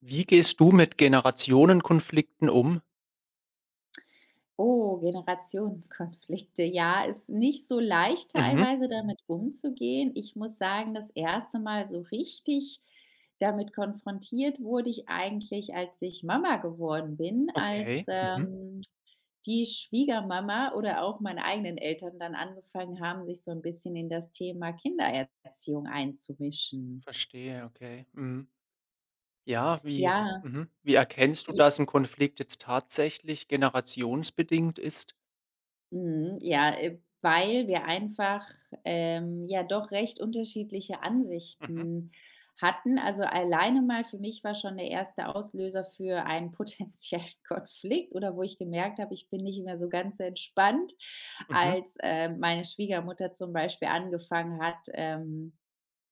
Wie gehst du mit Generationenkonflikten um? Oh, Generationenkonflikte. Ja, ist nicht so leicht Mhm. teilweise damit umzugehen. Ich muss sagen, das erste Mal so richtig damit konfrontiert wurde ich eigentlich, als ich Mama geworden bin, als, Okay. Mhm. Die Schwiegermama oder auch meine eigenen Eltern dann angefangen haben, sich so ein bisschen in das Thema Kindererziehung einzumischen. Verstehe, okay. Mhm. Ja, Ja. Wie erkennst du, dass ein Konflikt jetzt tatsächlich generationsbedingt ist? Mhm, ja, weil wir einfach, ja doch recht unterschiedliche Mhm. Ansichten hatten. Also, alleine mal für mich war schon der erste Auslöser für einen potenziellen Konflikt oder wo ich gemerkt habe, ich bin nicht mehr so ganz so entspannt, Mhm. als, meine Schwiegermutter zum Beispiel angefangen hat,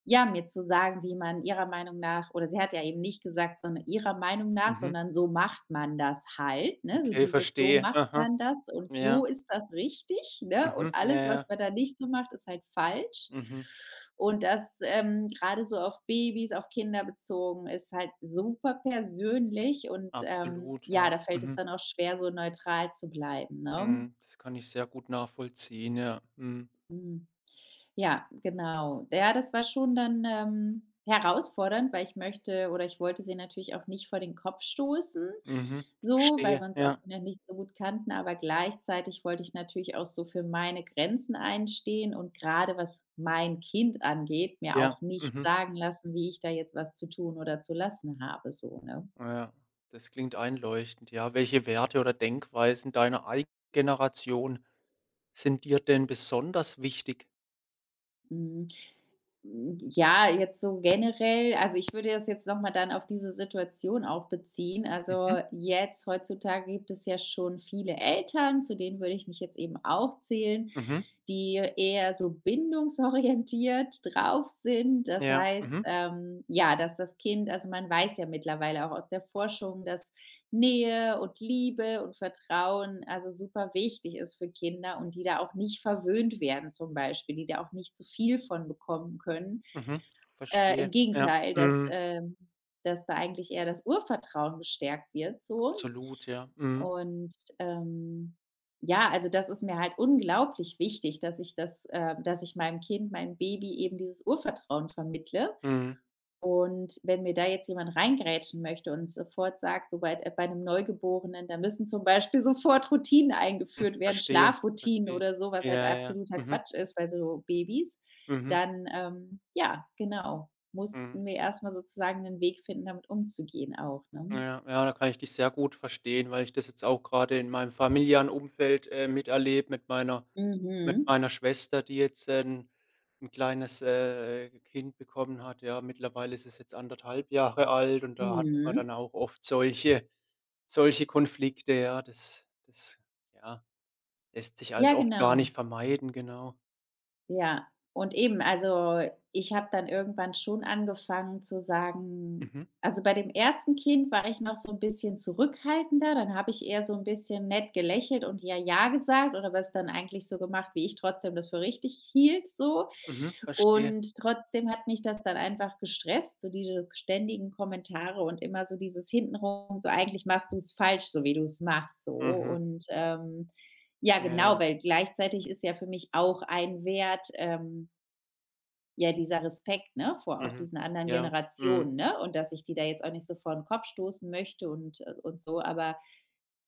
ja, mir zu sagen, wie man ihrer Meinung nach oder sie hat ja eben nicht gesagt, sondern ihrer Meinung nach, Mhm. sondern so macht man das halt, ne? So Okay, dieses so verstehe. macht Aha. man das und Ja. so ist das richtig, ne? Und Mhm. Ja, alles, was ja. man da nicht so macht, ist halt falsch. Mhm. Und das, grade so auf Babys, auf Kinder bezogen, ist halt super persönlich und, Absolut, ja, ja. da fällt es Mhm. dann auch schwer, so neutral zu bleiben, ne? Mhm. Das kann ich sehr gut nachvollziehen, ja. Mhm. Mhm. Ja, genau. Ja, das war schon dann, herausfordernd, weil ich möchte oder ich wollte sie natürlich auch nicht vor den Kopf stoßen, Mhm. so, weil Verstehe. wir uns auch Ja. noch nicht so gut kannten, aber gleichzeitig wollte ich natürlich auch so für meine Grenzen einstehen und gerade was mein Kind angeht, mir Ja. auch nicht Mhm. sagen lassen, wie ich da jetzt was zu tun oder zu lassen habe so, ne? Ja, das klingt einleuchtend, ja. Welche Werte oder Denkweisen deiner eigenen Generation sind dir denn besonders wichtig? Mhm. Ja, jetzt so generell, also ich würde das jetzt noch mal dann auf diese Situation auch beziehen. Mhm. Also jetzt heutzutage gibt es ja schon viele Eltern, zu denen würde ich mich jetzt eben auch zählen, Mhm. die eher so bindungsorientiert drauf sind. Das Ja, heißt, mhm, ja, dass das Kind also man weiß ja mittlerweile auch aus der Forschung, dass Nähe und Liebe und Vertrauen, also super wichtig ist für Kinder und die da auch nicht verwöhnt werden zum Beispiel, die da auch nicht zu viel von bekommen können. mhm, verstehe. Im Ja, Gegenteil, dass, mhm, ähm dass da eigentlich eher das Urvertrauen gestärkt wird so. absolut, ja. Mhm, Und, ähm, ja, also das ist mir halt unglaublich wichtig, dass ich dass ich meinem Kind, meinem Baby eben dieses Urvertrauen vermittle. mhm. Und wenn mir da jetzt jemand reingrätschen möchte und sofort sagt, sobald bei einem Neugeborenen, da müssen zum Beispiel sofort Routinen eingeführt werden, Verstehe, Schlafroutinen verstehe. oder so, was halt Ja, ja. absoluter Mhm, Quatsch ist bei so Babys, mhm, dann, ja, genau, mhm. mussten wir erst mal sozusagen einen Weg finden, damit umzugehen auch, ne? Ja, ja, da kann ich dich sehr gut verstehen, weil ich das jetzt auch gerade in meinem familiären Umfeld, miterlebe mit meiner Mit Mhm. meiner Schwester, die jetzt, 'n kleines, Kind bekommen hat, ja. Mittlerweile ist es jetzt anderthalb Jahre alt und da hat man Mhm. dann auch oft solche Konflikte, ja. Das, ja, lässt sich Ja, also oft gar genau. nicht vermeiden, genau. Ja, und eben, also, ich habe dann irgendwann schon angefangen zu sagen Mhm, also, bei dem ersten Kind war ich noch so ein bisschen zurückhaltender, dann habe ich eher so ein bisschen nett gelächelt und „ja, ja" gesagt oder was dann eigentlich so gemacht, wie ich trotzdem das für richtig hielt so. mhm, verstehe. Und trotzdem hat mich das dann einfach gestresst, so diese ständigen Kommentare und immer so dieses hintenrum, so: „Eigentlich machst du es falsch, so wie du es machst", so. Mhm, Und, ja, ja, genau, ja, weil gleichzeitig ist ja für mich auch ein Wert, ja, dieser Respekt, ne, vor auch mhm, diesen anderen ja, mhm, Generationen, ne? Und dass ich die da jetzt auch nicht so vor den Kopf stoßen möchte und so, aber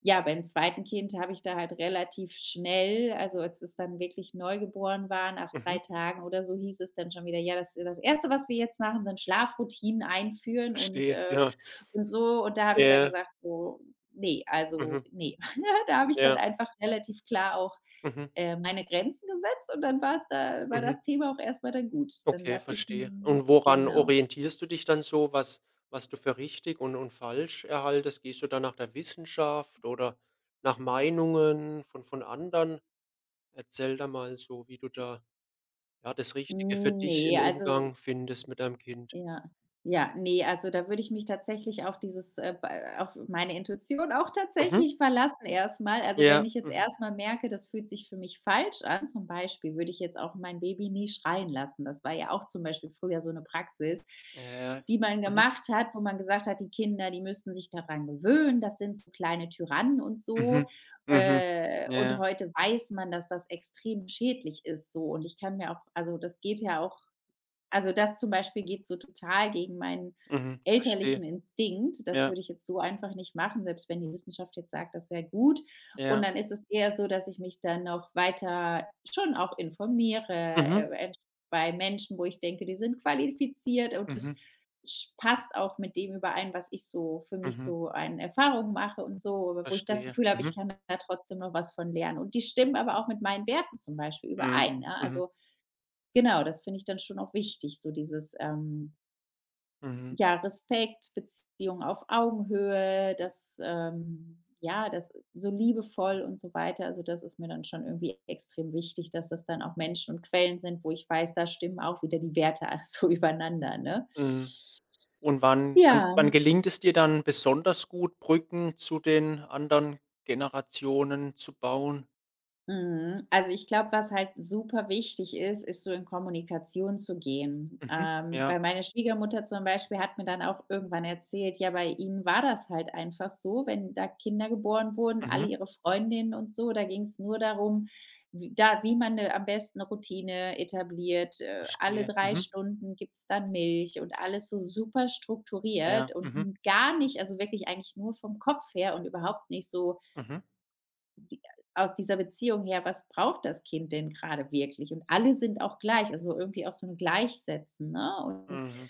ja, beim zweiten Kind habe ich da halt relativ schnell also, als es dann wirklich neugeboren war, nach mhm, 3 Tagen oder so, hieß es dann schon wieder: „Ja, das erste, was wir jetzt machen, sind Schlafroutinen einführen verstehe, ja, und so." Und da habe ich ja, dann ja. gesagt: „Oh, ne, Mhm, also, nee". Da habe ich dann ja, einfach relativ klar auch, mhm, meine Grenzen gesetzt und dann war es, da war mhm. das Thema auch erstmal dann gut. Dann Okay, darf ich, verstehe. hm, Und woran genau. orientierst du dich dann so, was du für richtig und falsch erhaltest? Gehst du dann nach der Wissenschaft oder nach Meinungen von anderen? Erzähl da mal so, wie du da, ja, das Richtige für Hm, dich ne, im also. Umgang findest mit deinem Kind. Ja. Ja, nee, also da würde ich mich tatsächlich auf dieses, bei auf meine Intuition auch Mhm. tatsächlich verlassen erstmal. Also, wenn Ja. ich jetzt Mhm. erstmal merke, das fühlt sich für mich falsch an, zum Beispiel würde ich jetzt auch mein Baby nie schreien lassen. Das war ja auch zum Beispiel früher so eine Praxis, Ja, ja. die man Mhm. gemacht hat, wo man gesagt hat, die Kinder, die müssen sich daran gewöhnen, das sind so kleine Tyrannen und so. Mhm. Mhm. Ja, Und ja. heute weiß man, dass das extrem schädlich ist so und ich kann mir auch also, das geht ja auch also, das zum Beispiel geht so total gegen meinen Mhm. Verstehe. elterlichen Instinkt. Das Ja, würde ich jetzt so einfach nicht machen, selbst wenn die Wissenschaft jetzt sagt, das sehr gut. Und ja. dann ist es eher so, dass ich mich dann noch weiter schon auch informiere, Mhm. Entsch bei Menschen, wo ich denke, die sind qualifiziert und das Mhm. sch passt auch mit dem überein, was ich so für mich Mhm. so an Erfahrungen mache und so, aber wo ich das Verstehe. Gefühl habe, ich Mhm. kann da trotzdem noch was von lernen. Und die stimmen aber auch mit meinen Werten zum Beispiel Mhm. überein, ne? Mhm. Also, genau, das finde ich dann schon auch wichtig, so dieses, Mhm. ja, Respekt, Beziehung auf Augenhöhe, das, ja, das so liebevoll und so weiter. Also, das ist mir dann schon irgendwie extrem wichtig, dass das dann auch Menschen und Quellen sind, wo ich weiß, da stimmen auch wieder die Werte so übereinander, ne? Mhm. Und wann wann Ja. wann gelingt es dir dann besonders gut, Brücken zu den anderen Generationen zu bauen? Mhm. Also, ich glaube, was halt super wichtig ist, ist so in Kommunikation zu gehen. Mhm. Ja. Weil meine Schwiegermutter zum Beispiel hat mir dann auch irgendwann erzählt, ja, bei ihnen war das halt einfach so, wenn da Kinder geboren wurden, alle Mhm. ihre Freundinnen und so, da ging es nur darum, wie man 'ne am besten 'ne Routine etabliert. Alle Verstehe. 3 Mhm. Stunden gibt es dann Milch und alles so super strukturiert Ja. Mhm. und gar nicht also, wirklich eigentlich nur vom Kopf her und überhaupt nicht so Mhm. die aus dieser Beziehung her, was braucht das Kind denn gerade wirklich? Und alle sind auch gleich, also irgendwie auch so ein Gleichsetzen, ne? Und, Mhm.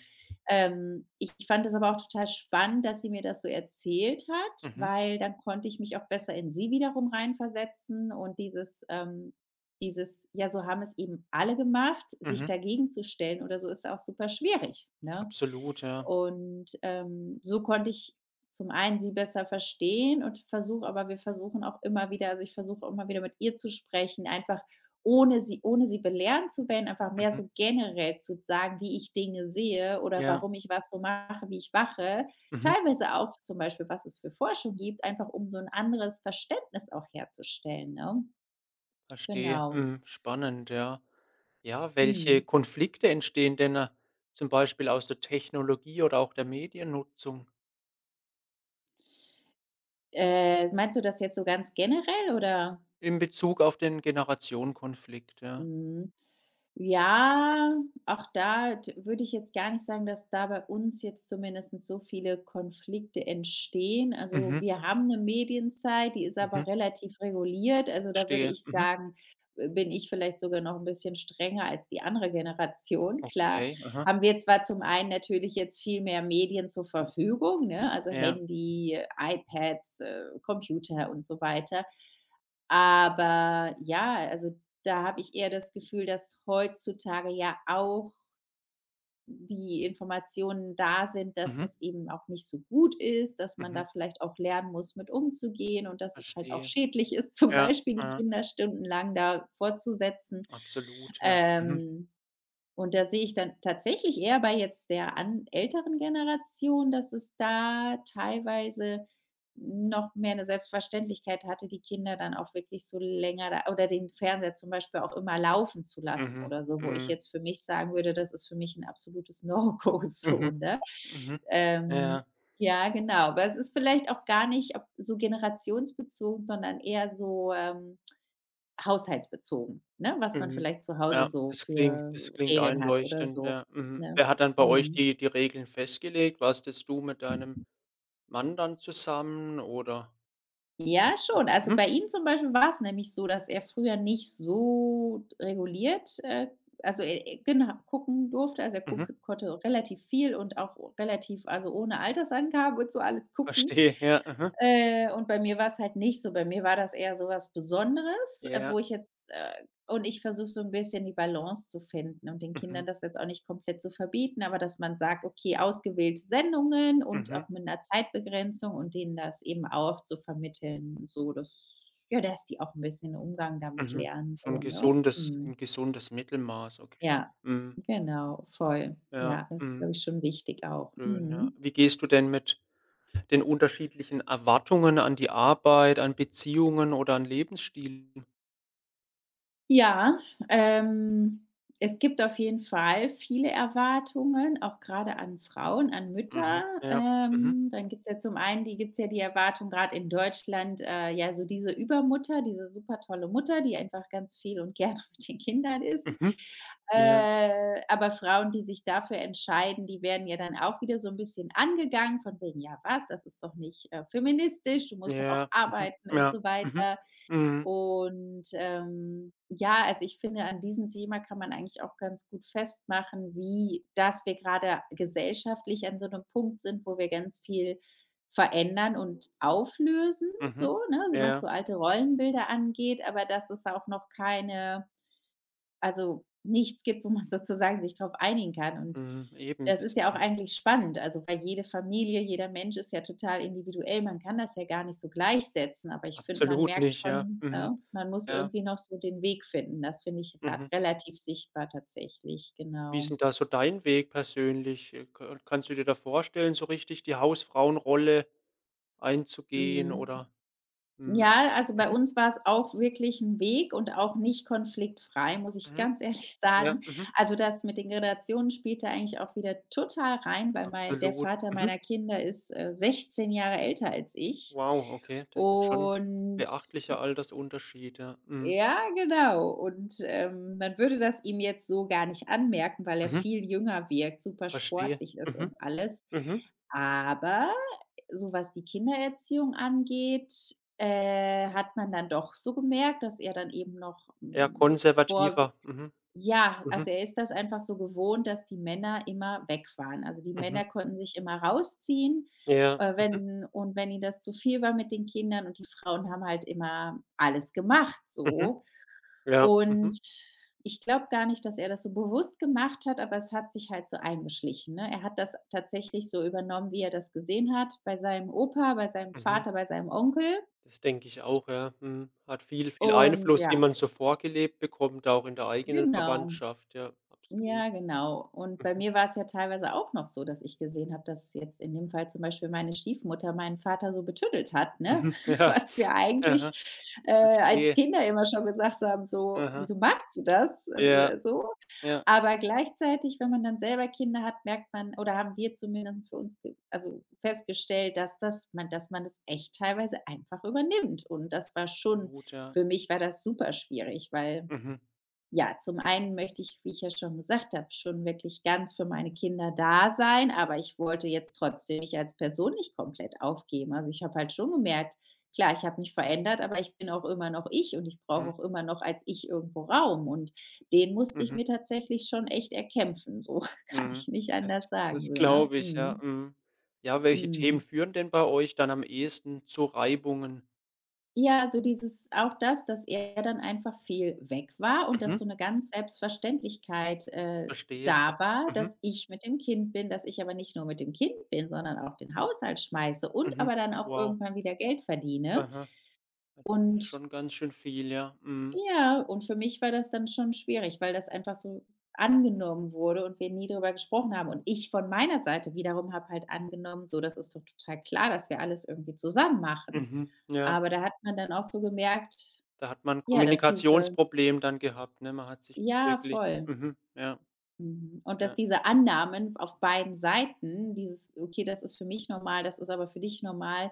ich fand das aber auch total spannend, dass sie mir das so erzählt hat, Mhm. weil dann konnte ich mich auch besser in sie wiederum reinversetzen und dieses ja, so haben es eben alle gemacht, sich Mhm. dagegen zu stellen oder so, ist auch super schwierig, ne? Absolut, ja. Und, so konnte ich zum einen sie besser verstehen und versuche aber wir versuchen auch immer wieder also, ich versuche immer wieder mit ihr zu sprechen, einfach ohne sie belehren zu werden, einfach mehr Mhm. so generell zu sagen, wie ich Dinge sehe oder Ja. warum ich was so mache, wie ich mache. Mhm. Teilweise auch zum Beispiel, was es für Forschung gibt, einfach um so ein anderes Verständnis auch herzustellen, ne? Verstehe. Genau. Mhm. Spannend, ja. Ja, welche Mhm. Konflikte entstehen denn, zum Beispiel aus der Technologie oder auch der Mediennutzung Meinst du das jetzt so ganz generell oder? in Bezug auf den Generationenkonflikt, ja? Mhm. Ja, auch da d würde ich jetzt gar nicht sagen, dass da bei uns jetzt zumindest so viele Konflikte entstehen. Also, Mhm. wir haben eine Medienzeit, die ist aber Mhm. relativ reguliert. Also, da würde Verstehe. ich Mhm. sagen, bin ich vielleicht sogar noch ein bisschen strenger als die andere Generation. Klar, Okay. Aha. haben wir zwar zum einen natürlich jetzt viel mehr Medien zur Verfügung, ne, also Ja. Handy, iPads, Computer und so weiter. Aber ja, also da habe ich eher das Gefühl, dass heutzutage ja auch die Informationen da sind, dass Mhm. das eben auch nicht so gut ist, dass man Mhm. da vielleicht auch lernen muss, mit umzugehen und dass es halt auch Verstehe. schädlich ist, zum Ja, Beispiel die ja, Kinder stundenlang da fortzusetzen. absolut, ja. Mhm. Ähm, und da sehe ich dann tatsächlich eher bei jetzt der an älteren Generation, dass es da teilweise noch mehr eine Selbstverständlichkeit hatte, die Kinder dann auch wirklich so länger da oder den Fernseher zum Beispiel auch immer laufen zu lassen Mhm. oder so, wo ich Mhm. jetzt für mich sagen würde, das ist für mich ein absolutes No-Go so, Mhm. ne? Mhm. Ähm, Ja. ja, genau. Aber es ist vielleicht auch gar nicht ob so generationsbezogen, sondern eher so, haushaltsbezogen, ne, was man Mhm. vielleicht zu Hause Ja, so für das klingt Regeln hat oder einleuchtend, so, ja. Mhm. ne? Wer hat dann bei euch Mhm. die Regeln festgelegt? Warst jetzt du mit deinem Mann dann zusammen oder Ja, schon. Also, mhm. bei ihm zum Beispiel war es nämlich so, dass er früher nicht so reguliert, also, genau, gucken durfte. Also, er Mhm. guck konnte relativ viel und auch relativ also, ohne Altersangabe und so alles gucken. Verstehe, ja. Mhm. Und bei mir war's halt nicht so. Bei mir war das eher so was Besonderes, Ja. wo ich jetzt und ich versuche so 'n bisschen die Balance zu finden und den Kindern Mhm. das jetzt auch nicht komplett zu verbieten, aber dass man sagt: „Okay, ausgewählte Sendungen und auch Mhm. mit 'ner Zeitbegrenzung" und denen das eben auch zu vermitteln, so dass ja, dass die auch 'n bisschen Umgang damit Mhm. lernen, So 'n so, ne? gesundes Mhm. 'n gesundes Mittelmaß, okay. Ja, Mhm. genau, voll. Ja. Ja, das ist, Mhm. glaube ich, schon wichtig auch. Schön, ja. Mhm. Wie gehst du denn mit den unterschiedlichen Erwartungen an die Arbeit, an Beziehungen oder an Lebensstil? Ja, ähm, es gibt auf jeden Fall viele Erwartungen, auch gerade an Frauen, an Mütter. Mhm. Ja. Mhm. Dann gibt es ja zum einen die Erwartung gerade in Deutschland, ja, so diese Übermutter, diese supertolle Mutter, die einfach ganz viel und gerne mit den Kindern ist. Mhm. Ja. Aber Frauen, die sich dafür entscheiden, die werden ja dann auch wieder so ein bisschen angegangen von wegen: „Ja was, das ist doch nicht, feministisch, du musst doch auch Ja. Mhm. arbeiten“ und Ja. so Mhm. weiter. Mhm. Ja, also, ich finde, an diesem Thema kann man eigentlich auch ganz gut festmachen, wie dass wir gerade gesellschaftlich an so einem Punkt sind, wo wir ganz viel verändern und auflösen, Mhm. so, ne, so was Ja. so alte Rollenbilder angeht, aber dass es auch noch keine also nichts gibt, wo man sozusagen sich darauf einigen kann. Und Mhm. Eben, das das ist ja ist auch ja eigentlich spannend, also weil jede Familie, jeder Mensch ist ja total individuell. Man kann das ja gar nicht so gleichsetzen, aber ich finde, man absolut merkt nicht, ja. schon, Mhm. ne, man muss Ja. irgendwie noch so den Weg finden. Das finde ich gerade Mhm. relativ sichtbar tatsächlich, Wie ist genau. denn da so dein Weg persönlich? Ka Kannst du dir da vorstellen, so richtig die Hausfrauenrolle einzugehen Mhm. oder, hm, Ja, also äh bei mhm. uns war es auch wirklich 'n Weg und auch nicht konfliktfrei, muss ich Mhm. ganz ehrlich Ja. sagen. Mhm. Also, das mit den Generationen spielt da eigentlich auch wieder total rein, weil mein der Absolut. Vater Mhm. meiner Kinder ist, 16 Jahre älter als ich, Wow, okay, das ist schon und beachtlicher Altersunterschied, ja. Mhm. ja, genau. Und man würde das ihm jetzt so gar nicht anmerken, weil er Mhm. viel jünger wirkt, super Verstehe. sportlich ist Mhm. und alles. Mhm. Aber so was die Kindererziehung angeht, hat man dann doch so gemerkt, dass er dann eben noch, Eher hm, vor konservativer. Mhm. ja, Mhm. also er ist das einfach so gewohnt, dass die Männer immer weg waren. Also, die Männer Mhm. konnten sich immer rausziehen, Ja. äh, Mhm. wenn und wenn ihnen das zu viel war mit den Kindern, und die Frauen haben halt immer alles gemacht Mhm. so. Ja. Mhm. Und ich glaube gar nicht, dass er das so bewusst gemacht hat, aber es hat sich halt so eingeschlichen, ne? Er hat das tatsächlich so übernommen, wie er das gesehen hat, bei seinem Opa, bei seinem Mhm. Vater, bei seinem Onkel Das denke ich auch, ja. Mhm. Hat viel viel und Einfluss, wie ja, man so vorgelebt bekommt, auch in der eigenen genau. Verwandtschaft. Ja, absolut. Ja, genau. Und Mhm. bei Mhm. mir war es ja teilweise auch noch so, dass ich gesehen habe, dass jetzt in dem Fall zum Beispiel meine Stiefmutter meinen Vater so betüddelt hat, ne? Ja. Was wir Aha. eigentlich, als Verstehe. Kinder immer schon gesagt haben, so: Aha. „Wieso machst du das?“ Ja. Ja. Aber gleichzeitig, wenn man dann selber Kinder hat, merkt man, oder haben wir zumindest für uns ge also festgestellt, dass das man dass man das echt teilweise einfach übernimmt. Und das war schon Absolut, ja. für mich war das super schwierig, weil Mhm. ja, zum einen möchte ich, wie ich ja schon gesagt habe, schon wirklich ganz für meine Kinder da sein, aber ich wollte jetzt trotzdem mich als Person nicht komplett aufgeben. Also, ich habe halt schon gemerkt, klar, ich habe mich verändert, aber ich bin auch immer noch ich, und ich brauche Mhm. auch immer noch als ich irgendwo Raum, und den musste ich Mhm. mir tatsächlich schon echt erkämpfen. So kann ich Mhm. nicht Das anders sagen, das so, ne? glaube ich, ja, Mhm. mhm. Ja, welche Themen Mhm. führen denn bei euch dann am ehesten zu Reibungen? Ja, so dieses auch das, dass er dann einfach viel weg war und dass Mhm, so eine ganz Selbstverständlichkeit, verstehe. da war, Mhm, dass ich mit dem Kind bin, dass ich aber nicht nur mit dem Kind bin, sondern auch den Haushalt schmeiße und mhm. aber dann auch Wow. irgendwann wieder Geld verdiene. Aha. Ja, das ist Und schon ganz schön viel, ja. Mhm, ja, und für mich war das dann schon schwierig, weil das einfach so angenommen wurde und wir nie darüber gesprochen haben. Und ich von meiner Seite wiederum habe halt angenommen: „So, das ist doch total klar, dass wir alles irgendwie zusammen machen.“ mhm, ja. Aber da hat man dann auch so gemerkt, Da hat man 'n ja, dass diese, Kommunikationsproblem dann gehabt, ne? Man hat sich nicht ja, wirklich voll. Ja, Mhm. Und dass ja, diese Annahmen auf beiden Seiten, dieses: „Okay, das ist für mich normal, das ist aber für dich normal“,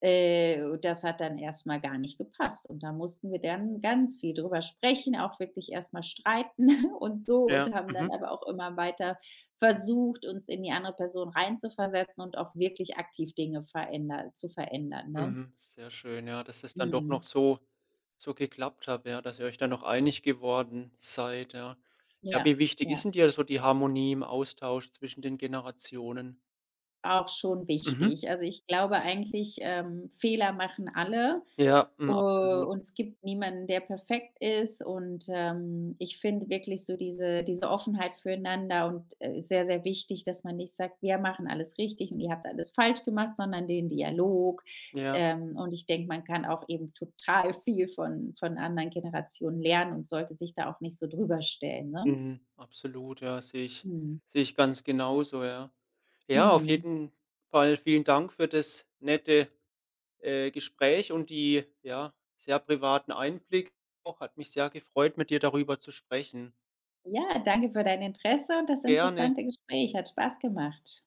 das hat dann erstmal gar nicht gepasst. Und da mussten wir dann ganz viel drüber sprechen, auch wirklich erstmal streiten und so, ja, und haben mhm, dann mhm. aber auch immer weiter versucht, uns in die andere Person reinzuversetzen und auch wirklich aktiv Dinge veränder zu verändern, ne? Mhm, sehr schön, ja, dass es dann doch noch Mhm. so so geklappt hat, ja, dass ihr euch dann noch einig geworden seid, ja. Ja, Ja, wie wichtig ist ja. denn dir so die Harmonie im Austausch zwischen den Generationen? Auch schon Mhm. wichtig. Also, ich glaube eigentlich, Fehler machen alle, Ja, mhm, absolut. und es gibt niemanden, der perfekt ist, und, ich finde wirklich so diese Offenheit füreinander und, ist sehr, sehr wichtig, dass man nicht sagt: „Wir machen alles richtig und ihr habt alles falsch gemacht“, sondern den Dialog. Ja, Und ich denke, man kann auch eben total viel von anderen Generationen lernen und sollte sich da auch nicht so drüber stellen, ne? mhm, absolut, ja, sehe ich Mhm. sehe ich ganz genauso, ja. Ja, auf Mhm. jeden Fall vielen Dank für das nette, Gespräch und die, ja, sehr privaten Einblicke auch. Hat mich sehr gefreut, mit dir darüber zu sprechen. Ja, danke für dein Interesse und das Gerne. interessante Gespräch. Hat Spaß gemacht.